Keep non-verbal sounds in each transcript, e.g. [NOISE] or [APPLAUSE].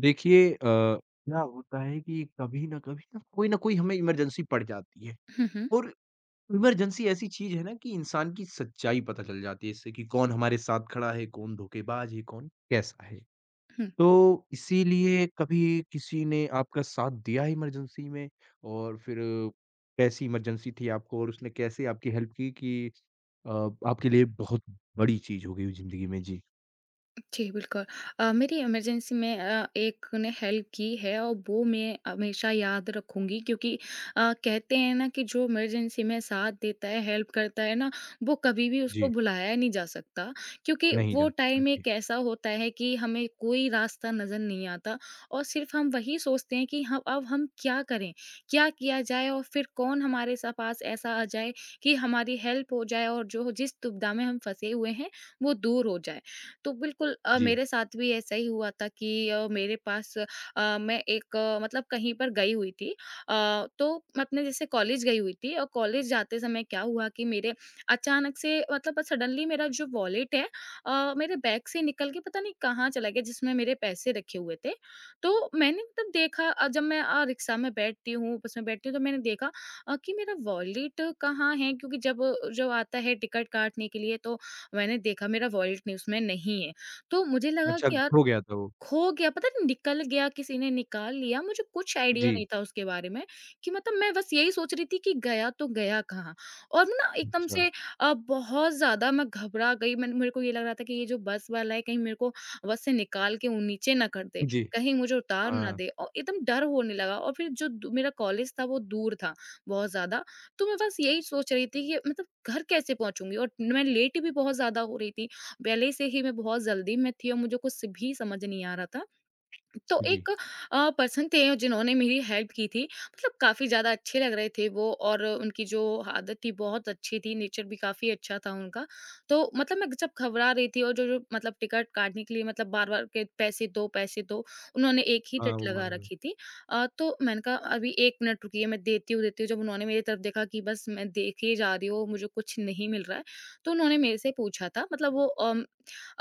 देखिए क्या होता है कि कभी न कभी ना कोई न कोई हमें इमरजेंसी पड़ जाती है हुँ, हुँ, और इमरजेंसी ऐसी चीज़ है ना कि इंसान की सच्चाई पता चल जाती है इससे कि कौन हमारे साथ खड़ा है, कौन धोखेबाज है, कौन कैसा है। हुँ। तो इसीलिए कभी किसी ने आपका साथ दिया है इमरजेंसी में और फिर कैसी इमरजेंसी थी आपको और उसने कैसे आपकी हेल्प की कि अ, आपके लिए बहुत बड़ी चीज़ हो गई हो ज़िंदगी में? जी, जी, बिल्कुल। मेरी इमरजेंसी में एक ने हेल्प की है और वो मैं हमेशा याद रखूँगी क्योंकि कहते हैं ना कि जो इमरजेंसी में साथ देता है, हेल्प करता है ना, वो कभी भी उसको जी। भुलाया नहीं जा सकता। क्योंकि नहीं जा वो सकता। टाइम जी, एक ऐसा होता है कि हमें कोई रास्ता नज़र नहीं आता और सिर्फ़ हम वही सोचते हैं कि हम अब हम क्या करें? क्या किया जाए और फिर कौन हमारे सा पास ऐसा आ जाए कि हमारी हेल्प हो जाए और जो जिस दुविधा में हम फँसे हुए हैं, वो दूर हो जाए। तो बिल्कुल जी। मेरे साथ भी ऐसा ही हुआ था कि मेरे पास मैं एक मतलब कहीं पर गई हुई थी अ, तो मैं अपने जैसे कॉलेज गई हुई थी और कॉलेज जाते समय क्या हुआ कि मेरे अचानक से मतलब सडनली मेरा जो वॉलेट है मेरे बैग से निकल के पता नहीं कहाँ चला गया जिसमें मेरे पैसे रखे हुए थे तो मैंने मतलब देखा जब मैं रिक्शा में बैठती हूँ बस में बैठती हूँ तो मैंने देखा कि मेरा वॉलेट कहाँ है क्योंकि जब जो आता है टिकट काटने के लिए तो मैंने देखा मेरा वॉलेट नहीं उसमें नहीं है। तो मुझे लगा अच्छा, कि यार खो गया था वो। खो गया, पता नहीं निकल गया, किसी ने निकाल लिया, मुझे कुछ आइडिया जी। नहीं था उसके बारे में कि मतलब मैं बस यही सोच रही थी कि गया तो गया कहाँ? और ना एकदम अच्छा, से बहुत ज़्यादा मैं घबरा गई, मैंने मेरे को ये लग रहा था कि ये जो बस वाला है, कहीं मेरे को बस से निकाल के वो नीचे ना कर दे, जी। कहीं मुझे उतार ना हाँ, दे और एकदम डर होने लगा और फिर जो दू मेरा कॉलेज था, वो दूर था बहुत ज़्यादा, तो मैं बस यही सोच रही थी कि मतलब घर कैसे पहुँचूँगी? और मैं लेट भी बहुत ज़्यादा हो रही थी पहले से ही मैं बहुत जल्दी में थी और मुझे कुछ भी समझ नहीं आ रहा था। तो जी। एक पर्सन थे जिन्होंने मेरी हेल्प की थी, मतलब काफ़ी ज़्यादा अच्छे लग रहे थे वो और उनकी जो आदत थी बहुत अच्छी थी, नेचर भी काफ़ी अच्छा था उनका। तो मतलब मैं जब घबरा रही थी और जो जो मतलब टिकट काटने के लिए मतलब बार-बार के पैसे दो, उन्होंने एक ही हाँ, रट वो लगा माँग लें। रखी थी। तो मैंने कहा अभी 1 मिनट रुकिए मैं देती हूँ, देती हूँ। जब उन्होंने मेरी तरफ देखा कि बस मैं देखे जा रही हूँ, मुझे कुछ नहीं मिल रहा है, तो उन्होंने मेरे से पूछा था मतलब वो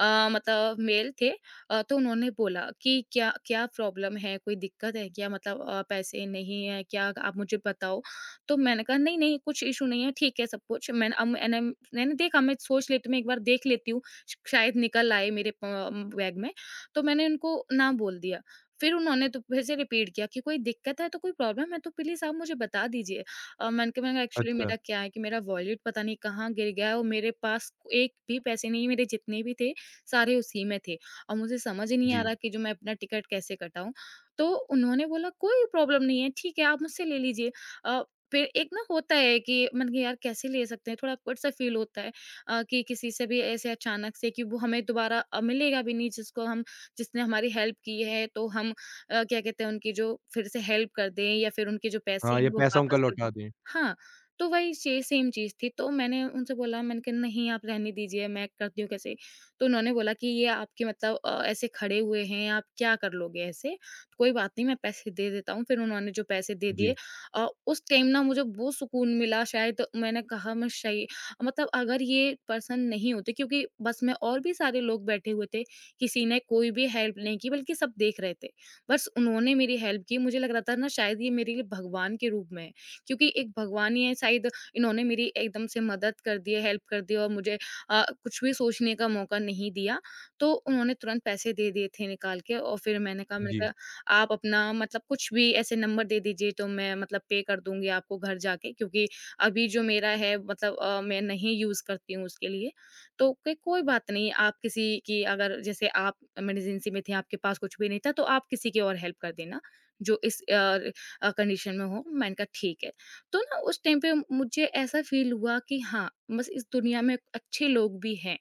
मतलब मेल थे तो उन्होंने बोला कि क्या क्या प्रॉब्लम है? कोई दिक्कत है क्या? मतलब पैसे नहीं है क्या? आप मुझे बताओ। तो मैंने कहा नहीं, नहीं कुछ इश्यू नहीं है, ठीक है सब कुछ। मैंने अब मैंने मैंने देखा मैं सोच लेती हूँ, मैं एक बार देख लेती हूँ, श शायद निकल आए मेरे बैग में। तो मैंने उनको ना बोल दिया। फिर उन्होंने तो फिर से रिपीट किया कि कोई दिक्कत है तो कोई प्रॉब्लम है तो प्लीज़ आप मुझे बता दीजिए। मैंने कहा एक्चुअली अच्छा, मेरा क्या है कि मेरा वॉलेट पता नहीं कहाँ गिर गया है और मेरे पास एक भी पैसे नहीं है, मेरे जितने भी थे सारे उसी में थे। और मुझे समझ ही नहीं आ जी। रहा कि जो मैं अपना टिकट कैसे कटाऊँ। तो उन्होंने बोला कोई प्रॉब्लम नहीं है, ठीक है आप मुझसे ले लीजिए। अ, फिर एक ना होता है कि मैंने कहा यार कैसे ले सकते हैं, थोड़ा ऑकवर्ड सा फ़ील होता है कि किसी से भी ऐसे अचानक से कि वो हमें दोबारा मिलेगा भी नहीं जिसको हम जिसने हमारी हेल्प की है तो हम क्या कहते हैं उनकी जो फिर से हेल्प कर दें या फिर उनके जो पैसे हाँ, या हैं वो पैसा उनका वापस दे दें। लौटा दें। हाँ, तो वही चे सेम चीज़ थी तो मैंने उनसे बोला मैंने कहा नहीं आप रहने दीजिए मैं करती हूँ कैसे तो उन्होंने बोला कि ये आपके मतलब ऐसे खड़े हुए हैं, आप क्या कर लोगे ऐसे? तो कोई बात नहीं मैं पैसे दे देता हूँ। फिर उन्होंने जो पैसे दे हुँ। दिए जी, उस टाइम ना मुझे वो सुकून मिला शायद मैंने कहा मैं शही मतलब अगर ये पर्सन नहीं होते क्योंकि बस में और भी सारे लोग बैठे हुए थे, किसी ने कोई भी हेल्प नहीं की बल्कि सब देख रहे थे। बस उन्होंने मेरी हेल्प की, मुझे लग रहा था ना शायद ये मेरे लिए भगवान के रूप में है, क्योंकि एक भगवान ही है शायद इन्होंने मेरी एकदम से मदद कर दी है, हेल्प कर दी है और मुझे कुछ भी सोचने का मौका नहीं दिया। तो उन्होंने तुरंत पैसे दे दिए थे निकाल के और फिर मैंने कहा मैंने जी, कहा आप अपना मतलब कुछ भी ऐसे नंबर दे दीजिए तो मैं मतलब पे कर दूँगी आपको घर जाके क्योंकि अभी जो मेरा है मतलब मैं नहीं यूज़ करती हूँ उसके लिए। तो क कोई बात नहीं आप किसी की अगर जैसे आप इमरजेंसी में थे आपके पास कुछ भी नहीं था तो आप किसी की और हेल्प कर देना जो इस कंडीशन में हो। मैंने कहा ठीक है। तो ना उस टाइम पे मुझे ऐसा फ़ील हुआ कि हाँ, बस इस दुनिया में अच्छे लोग भी हैं।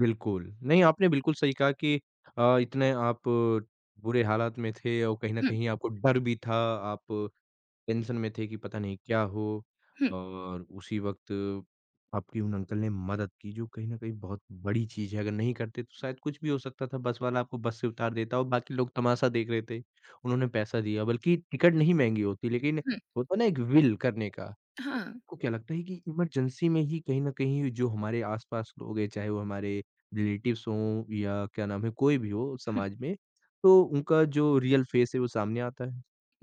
बिल्कुल। नहीं, आपने बिल्कुल सही कहा कि इतने आप बुरे हालात में थे और कहीं न हुँ, कहीं आपको डर भी था, आप टेंशन में थे कि पता नहीं क्या हो हुँ, और उसी वक़्त आपकी उन अंकल ने मदद की जो कहीं न कहीं बहुत बड़ी चीज़ है। अगर नहीं करते तो शायद कुछ भी हो सकता था, बस वाला आपको बस से उतार देता और बाकी लोग तमाशा देख रहे थे। उन्होंने पैसा दिया बल्कि टिकट नहीं महँगी होती लेकिन हुँ। होता है ना एक विल करने का। तो हाँ। आपको क्या लगता है कि इमरजेंसी में ही कहीं न कहीं जो हमारे आस-पास लोग हैं, चाहे वो हमारे रिलेटिव्स हों या क्या नाम है कोई भी हो समाज में, तो उनका जो रियल फेस है वो सामने आता है?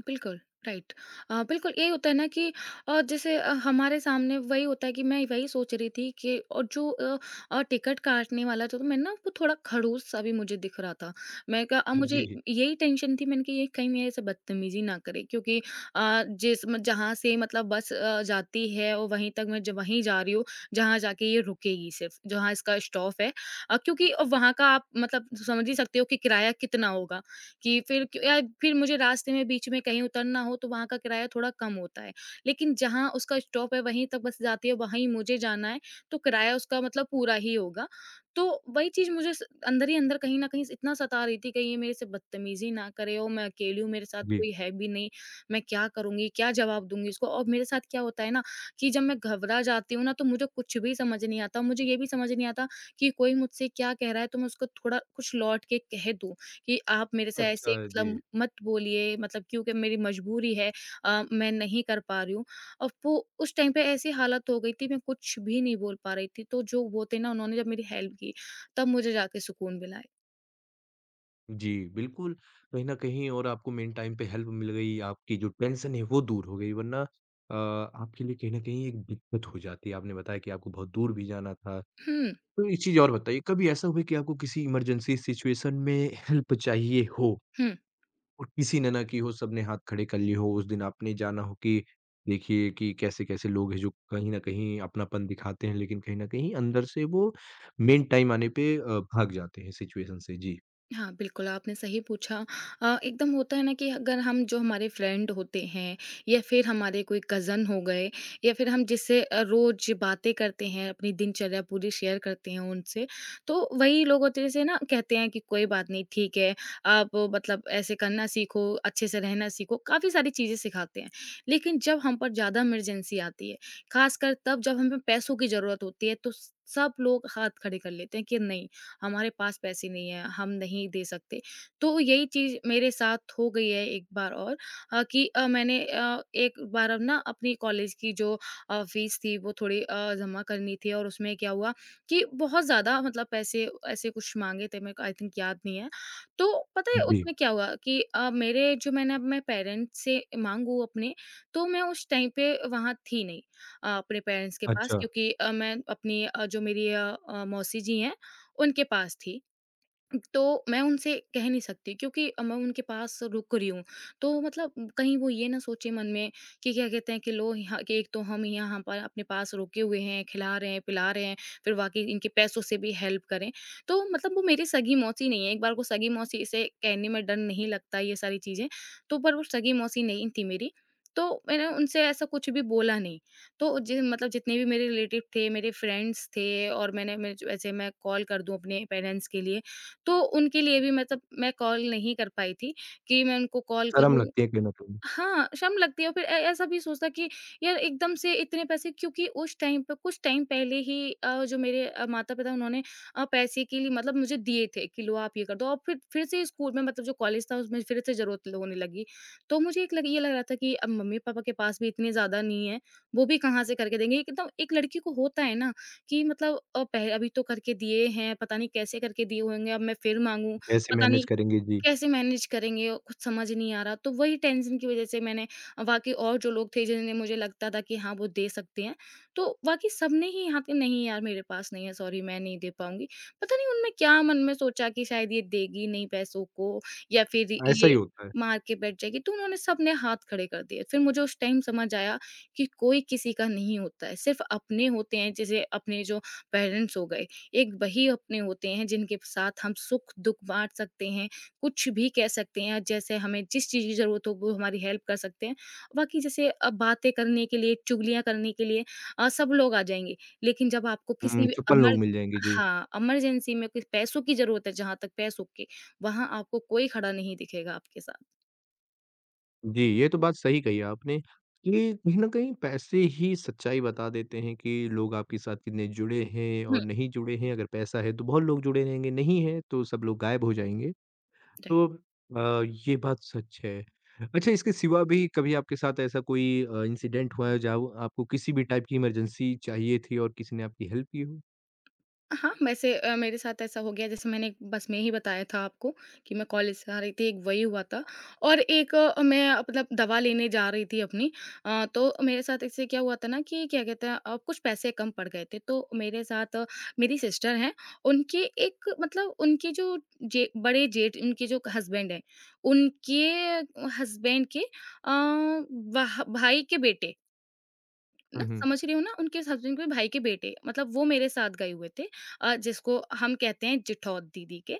बिल्कुल, राइट। बिल्कुल, यही होता है ना कि जैसे हमारे सामने वही होता है कि मैं वही सोच रही थी कि और जो टिकट काटने वाला जो था मैं ना वो थोड़ा खड़ूस-सा भी मुझे दिख रहा था। मैं कहा अब मुझे जी। यही टेंशन थी मैंने कि ये कहीं मेरे से बदतमीज़ी ना करे क्योंकि जिस म जहाँ से मतलब बस जाती है और वहीं तक मैं ज वहीं जा रही हूँ, जहाँ जाके ये रुकेगी सिर्फ़, जहाँ इसका स्टॉप है। क्योंकि वहाँ का आप मतलब समझ ही सकते हो कि किराया कितना होगा। कि फिर क्यों या फिर मुझे रास्ते में बीच में कहीं उतरना हो तो वहाँ का किराया थोड़ा कम होता है। लेकिन जहाँ उसका स्टॉप है वहीं तक बस जाती है, वहीं मुझे जाना है, तो किराया उसका मतलब पूरा ही होगा। तो वही चीज़ मुझे स अंदर ही अंदर कहीं न कहीं इतना सता रही थी, कहीं ये मेरे से बदतमीज़ी ना करे और मैं अकेली हूँ, मेरे साथ कोई है भी नहीं। मैं क्या करूँगी, क्या जवाब दूँगी उसको? और मेरे साथ क्या होता है ना कि जब मैं घबरा जाती हूँ ना तो मुझे कुछ भी समझ नहीं आता। मुझे ये भी समझ नहीं आता कि कोई मुझसे क्या कह रहा है तो मैं उसको थोड़ा कुछ लौट के कह दूँ। कि आप मेरे से ऐसे अच्छा, जी। मतलब मत बोलिए मतलब क्योंकि मेरी मजबूरी है मैं नहीं कर पा रही हूँ। और वो उस टाइम पे ऐसी हालत हो गई थी मैं कुछ भी नहीं बोल पा रही थी, तो जो वो थे ना उन्होंने जब मेरी हेल्प की, तब मुझे जाके सुकून मिला है। जी, बिल्कुल, कहीं न कहीं और आपको मेन टाइम पे हेल्प मिल गई, आपकी जो टेंशन है वो दूर हो गई वरना आपके लिए कहीं न कहीं एक दिक्कत हो जाती है, आपने बताया कि आपको बहुत दूर भी जाना था। हुँ, तो एक चीज़ और बताइए, कभी ऐसा हुआ कि आपको किसी इमरजेंसी सिचुएशन में हेल्प चाहिए हो हुँ। और किसी ने ना की हो, सबने हाथ खड़े कर लिए हो, उस दिन आपने जाना हो कि देखिए कि कैसे-कैसे लोग हैं जो कहीं न कहीं अपनापन दिखाते हैं, लेकिन कहीं न कहीं अंदर से वो मेन टाइम आने पे भाग जाते हैं सिचुएशन से? जी। हाँ, बिल्कुल, आपने सही पूछा। एकदम होता है ना कि अगर हम जो हमारे फ्रेंड होते हैं या फिर हमारे कोई कज़न हो गए या फिर हम जिससे रोज़ बातें करते हैं, अपनी दिनचर्या पूरी शेयर करते हैं उनसे, तो वही लोग होते हैं जैसे ना कहते हैं कि कोई बात नहीं, ठीक है, आप मतलब ऐसे करना सीखो, अच्छे से रहना सीखो, काफ़ी सारी चीज़ें सिखाते हैं। लेकिन जब हम पर ज़्यादा इमरजेंसी आती है, ख़ासकर तब जब हमें पैसों की ज़रूरत होती है, तो स सब लोग हाथ खड़े कर लेते हैं कि नहीं, हमारे पास पैसे नहीं है, हम नहीं दे सकते। तो यही चीज़ मेरे साथ हो गई है एक बार और कि मैंने एक बार अब ना अपनी कॉलेज की जो फ़ीस थी वो थोड़ी जमा करनी थी और उसमें क्या हुआ कि बहुत ज़्यादा मतलब पैसे ऐसे कुछ माँगे थे मेरे को आई थिंक याद नहीं है। तो पता है जी। उसमें क्या हुआ कि मेरे जो मैंने अब मैं पेरेंट्स से माँगू अपने तो मैं उस टाइम पे वहाँ थी नहीं अपने पेरेंट्स के पास अच्छा, क्योंकि मैं अपनी जो मेरी मौसी जी हैं उनके पास थी। तो मैं उनसे कह नहीं सकती क्योंकि मैं उनके पास रुक रही हूँ। तो मतलब कहीं वो ये ना सोचे मन में कि क्या कहते हैं कि लो यहाँ कि एक तो हम यहाँ पर अपने पास रुके हुए हैं, खिला रहे हैं, पिला रहे हैं, फिर वाक़ई इनके पैसों से भी हेल्प करें। तो मतलब वो मेरी सगी-मौसी नहीं है, एक बार को सगी-मौसी इसे कहने में डर नहीं लगता ये सारी चीज़ें, तो पर वो सगी-मौसी नहीं थी मेरी। तो मैंने उनसे ऐसा कुछ भी बोला नहीं। तो जि मतलब जितने भी मेरे रिलेटिव थे, मेरे फ्रेंड्स थे और मैंने मैं ज ऐसे मैं कॉल कर दूँ अपने पेरेंट्स के लिए तो उनके लिए भी मैं कॉल नहीं कर पाई थी, कि मैं उनको कॉल शर्म करूँ। लगती है कहीं न कहीं, हाँ, शर्म लगती है और फिर ऐ ऐसा भी सोचता कि यार एकदम से इतने पैसे क्योंकि उस टाइम पे कुछ टाइम पहले ही जो मेरे माता-पिता उन्होंने पैसे के लिए मुझे दिए थे कि लो आप ये कर दो और फिर से स्कूल में जो कॉलेज था उसमें फिर से ज़रूरत होने लगी। तो मुझे एक लग ये लग रहा था कि अब मम्मी-पापा के पास भी इतने ज़्यादा नहीं है, वो भी कहाँ से करके देंगे? एकदम एक लड़की को होता है ना कि मतलब अ, पह अभी तो करके दिए हैं, पता नहीं कैसे करके दिए होंगे, अब मैं फिर माँगूँ, कैसे पता मैनेज नहीं करेंगे जी, कैसे मैनेज करेंगे? और कुछ समझ नहीं आ रहा। तो वही टेंशन की वज़ह से मैंने वाक़ई और जो लोग थे जिन्हें मुझे लगता था कि हाँ, वो दे सकते हैं, तो वाक़ई सबने ही यहाँ पे नहीं, यार मेरे पास नहीं है, सॉरी मैं नहीं दे पाऊँगी। पता नहीं उनमें क्या मन में सोचा कि शायद ये देगी नहीं पैसों को या फिर ऐसा ही ये होता है। मार के बैठ जाएगी, तो उन्होंने सबने हाथ खड़े कर दिए। फिर मुझे उस टाइम समझ आया कि कोई किसी का नहीं होता है, सिर्फ़ अपने होते हैं, जैसे अपने जो पेरेंट्स हो गए, एक वही अपने होते हैं जिनके साथ हम सुख-दुःख बाँट सकते हैं। कुछ भी कह सकते हैं, जैसे हमें जिस चीज़ की ज़रूरत हो वो हमारी हेल्प कर सकते हैं। बाकी जैसे बातें करने के लिए, चुगलियाँ करने के लिए सब लोग आ जाएँगे। लेकिन जब आपको हुँ, किसी भी चुप्पन लोग इमर मिल जाएँगे, जी। हाँ, इमरजेंसी में कुछ पैसों की ज़रूरत है, जहाँ तक पैसों की, वहाँ आपको कोई खड़ा नहीं दिखेगा आपके साथ। जी, ये तो बात सही कही आपने कि कहीं न कहीं पैसे ही सच्चाई बता देते हैं कि लोग आपके साथ कितने जुड़े हैं हुँ, और नहीं जुड़े हैं, अगर पैसा है तो बहुत लोग जुड़े रहेंगे, नहीं है तो सब लोग गायब हो जाएँगे। राइट। तो अ, ये बात सच है। अच्छा इसके सिवा भी कभी आपके साथ ऐसा कोई इंसिडेंट हुआ है जहाँ आपको किसी भी टाइप की इमरजेंसी चाहिए थी और किसी ने आपकी हेल्प की हो? हाँ, वैसे मेरे साथ ऐसा हो गया, जैसे मैंने बस में ही बताया था आपको कि मैं कॉलेज से आ रही थी, एक वही हुआ था और एक मैं दवा लेने जा रही थी अपनी। तो मेरे साथ इससे क्या हुआ था ना कि क्या कहते हैं, कुछ पैसे कम पड़ गए थे। तो मेरे साथ मेरी सिस्टर हैं, उनके एक उनके जो जे बड़े जेठ उनके जो हस्बैंड हैं, उनके हस्बैंड के अ, वह भाई के बेटे, ना हुँ, हुँ। समझ रही हो ना, उनके हस्बैंड के भाई के बेटे, वो मेरे साथ गए हुए थे। जिसको हम कहते हैं जिठौत दीदी के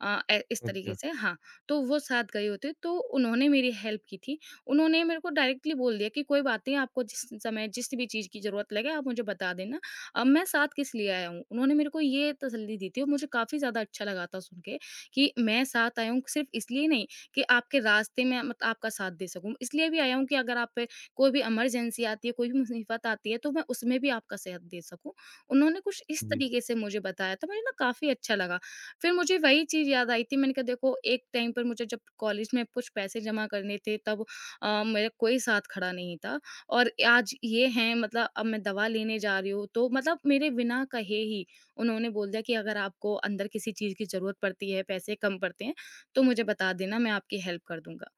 अ, ए इस तरीके अच्छा, से हाँ, तो वो साथ गए हुए थे, तो उन्होंने मेरी हेल्प की थी। उन्होंने मेरे को डायरेक्टली बोल दिया कि कोई बात नहीं, आपको जिस समय जिस भी चीज़ की ज़रूरत लगे आप मुझे बता देना। अब मैं साथ किस लिए आया हूँ, उन्होंने मेरे को ये तसल्ली दी थी और मुझे काफ़ी ज़्यादा अच्छा लगा था सुन के कि मैं साथ आया हूँ सिर्फ़ इसलिए नहीं कि आपके रास्ते में मत आपका साथ दे सकूँ, इसलिए भी आया हूँ कि अगर आप कोई भी इमरजेंसी आती है, कोई भी मुसीबत आती है, तो मैं उसमें भी आपका साथ दे सकूँ। उन्होंने कुछ इस जी। तरीके से मुझे बताया था, मुझे ना काफ़ी अच्छा लगा। फिर मुझे वही चीज़ याद आई थी, मैंने कहा देखो एक टाइम पर मुझे जब कॉलेज में कुछ पैसे जमा करने थे तब मेरा कोई साथ खड़ा नहीं था और आज ये हैं, अब मैं दवा लेने जा रही हूँ, तो मेरे बिना कहे ही उन्होंने बोल दिया कि अगर आपको अंदर किसी चीज़ की ज़रूरत पड़ती है, पैसे कम पड़ते हैं, तो मुझे बता देना, मैं आपकी हेल्प कर दूँगा।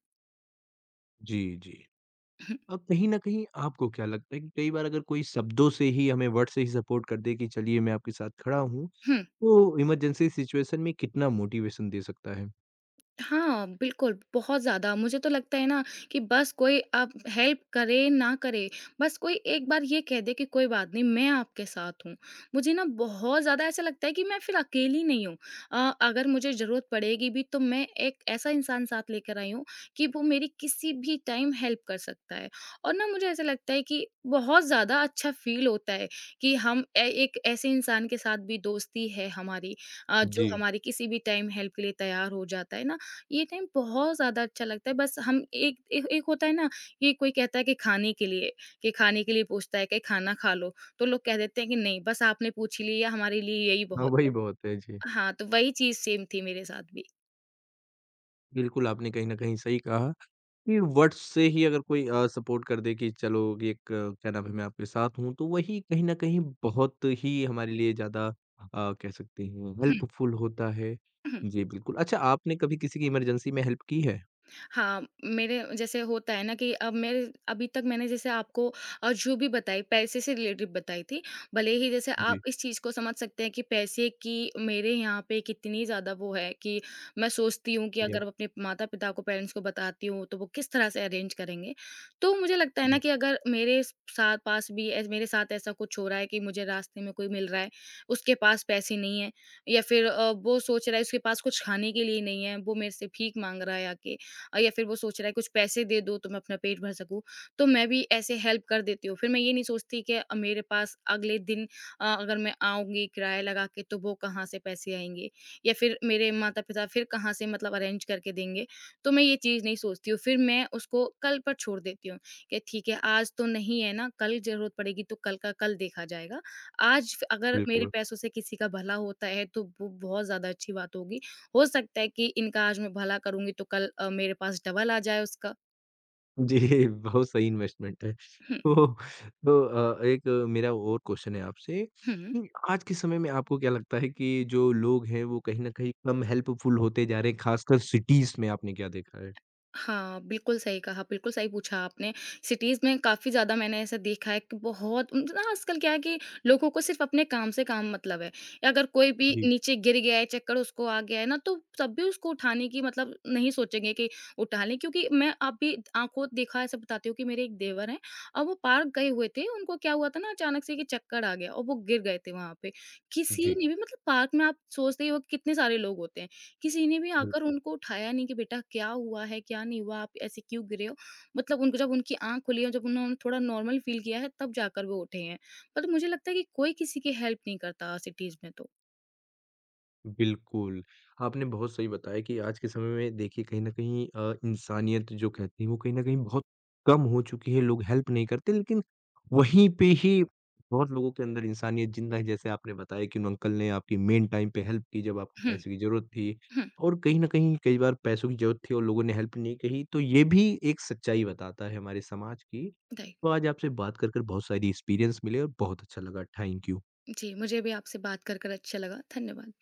जी, जी। [LAUGHS] कहीं न कहीं आपको क्या लगता है कि कई बार अगर कोई शब्दों से ही हमें वर्ड से ही सपोर्ट कर दे कि चलिए मैं आपके साथ खड़ा हूँ, तो इमरजेंसी सिचुएशन में कितना मोटिवेशन दे सकता है? हाँ, बिल्कुल, बहुत ज़्यादा। मुझे तो लगता है ना कि बस कोई अब हेल्प करे, ना करे, बस कोई एक बार ये कह दे कि कोई बात नहीं, मैं आपके साथ हूँ। मुझे ना बहुत ज़्यादा ऐसा लगता है कि मैं फिर अकेली नहीं हूँ। अगर मुझे ज़रूरत पड़ेगी भी, तो मैं एक ऐसा इंसान साथ लेकर आई हूँ कि वो मेरी किसी भी टाइम हेल्प कर सकता है। और ना मुझे ऐसा लगता है कि बहुत ज़्यादा अच्छा फ़ील होता है कि हम ए एक ऐसे इंसान के साथ भी दोस्ती है हमारी, जो जी। हमारी किसी भी टाइम हेल्प के लिए तैयार हो जाता है ना। ये टाइम बहुत ज़्यादा अच्छा लगता है, बस हम एक एक एक होता है ना, कि कोई कहता है कि खाने के लिए पूछता है कि खाना खा लो, तो लोग कह देते हैं कि नहीं, बस आपने पूछ ही लिया हमारे लिए यही हाँ, बहुत वही बहुत है, जी। है। हाँ, तो वही चीज़ सेम थी मेरे साथ भी। बिल्कुल, आपने कहीं न कहीं सही कहा कि वर्ड्स से ही अगर कोई सपोर्ट कर दे कि चलो ये एक क्या नाम है मैं आपके साथ हूँ, तो वही कहीं न कहीं बहुत ही हमारे लिए ज़्यादा कह सकते हैं [CLEARS THROAT] हेल्पफुल होता है। जी, बिल्कुल। अच्छा आपने कभी किसी की इमरजेंसी में हेल्प की है? हाँ, मेरे जैसे होता है ना कि अब मेरे अभी तक मैंने जैसे आपको जो भी बताई पैसे से रिलेटेड बताई थी, भले ही जैसे आप जी, इस चीज़ को समझ सकते हैं कि पैसे की मेरे यहाँ पे कितनी ज़्यादा वो है कि मैं सोचती हूँ कि जी, आप अगर अपने माता-पिता को, पेरेंट्स को बताती हूँ, तो वो किस तरह से अरेंज करेंगे। तो मुझे लगता है ना कि अगर मेरे स साथ पास भी ऐस मेरे साथ ऐसा कुछ हो रहा है कि मुझे रास्ते में कोई मिल रहा है, उसके पास पैसे नहीं हैं या फिर वो सोच रहा है उसके पास कुछ खाने के लिए नहीं है, वो मेरे से भीख माँग रहा है आके, या फिर वो सोच रहा है कुछ पैसे दे दो तो मैं अपना पेट भर सकूँ, तो मैं भी ऐसे हेल्प कर देती हूँ। फिर मैं ये नहीं सोचती कि मेरे पास अगले दिन अगर मैं आऊँगी किराया लगा के तो वो कहाँ से पैसे आएँगे या फिर मेरे माता-पिता फिर कहाँ से अरेंज करके देंगे, तो मैं ये चीज़ नहीं सोचती हूँ। फिर मैं उसको कल पर छोड़ देती हूँ कि ठीक है आज तो नहीं है ना, कल ज़रूरत पड़ेगी तो कल का कल देखा जाएगा। आज अगर मेरे बिल्कुल। पैसों से किसी का भला होता है तो वो बहुत ज़्यादा अच्छी बात होगी। हो सकता है कि इनका आज मैं भला करूँगी तो कल मेरे पास डबल आ जाए उसका। जी, [LAUGHS] बहुत सही इन्वेस्टमेंट है। हुँ, तो एक मेरा और क्वेश्चन है आपसे हुँ। कि आज के समय में आपको क्या लगता है कि जो लोग हैं वो कहीं न कहीं कम हेल्पफुल होते जा रहे हैं, खासकर सिटीज़ में आपने क्या देखा है? हाँ, बिल्कुल सही कहा, बिल्कुल सही पूछा आपने। सिटीज़ में काफ़ी ज़्यादा मैंने ऐसा देखा है कि बहुत ना आजकल क्या है कि लोगों को सिर्फ़ अपने काम से काम मतलब है। अगर कोई भी जी, नीचे गिर गया है, चक्कर उसको आ गया है ना, तो तब भी उसको उठाने की नहीं सोचेंगे कि उठा लें, क्योंकि मैं अभी आँखों देखा ऐसा बताती हूँ कि मेरे एक देवर हैं और वो पार्क गए हुए थे। उनको क्या हुआ था ना अचानक से कि चक्कर आ गया और वो गिर गए थे वहाँ पे। किसी जी, ने भी पार्क में आप सोचते ही हो कि कितने सारे लोग होते हैं। किसी ने भी आकर बिल्कुल। उनको उठाया नहीं कि बेटा क्या हुआ है, क्या नहीं हुआ, आप ऐसे क्यों गिरे हो? उनको जब उनकी आँख खुली है, जब उन्होंने थोड़ा नॉर्मल फ़ील किया है, तब जाकर वो उठे हैं। मतलब मुझे लगता है कि कोई किसी की हेल्प नहीं करता सिटीज़ में तो। बिल्कुल, आपने बहुत सही बताया कि आज के समय में देखिए कहीं न कहीं इंसानियत जो कहते हैं वो कहीं न कहीं बहुत कम हो चुकी है, लोग हेल्प नहीं करते लेकिन वहीं पे ही बहुत लोगों के अंदर इंसानियत ज़िंदा है। जैसे आपने बताया कि उन अंकल ने आपकी मेन टाइम पे हेल्प की जब आपको हुँ, पैसे की ज़रूरत थी हुँ, और कहीं न कहीं कई बार पैसों की ज़रूरत थी और लोगों ने हेल्प नहीं कही, तो ये भी एक सच्चाई बताता है हमारे समाज की। राइट। तो आज आपसे बात कर बहुत सारी एक्सपीरियंस मिले और बहुत अच्छा लगा। Thank you. जी, मुझे भी आपसे बात कर, कर अच्छा लगा। धन्यवाद।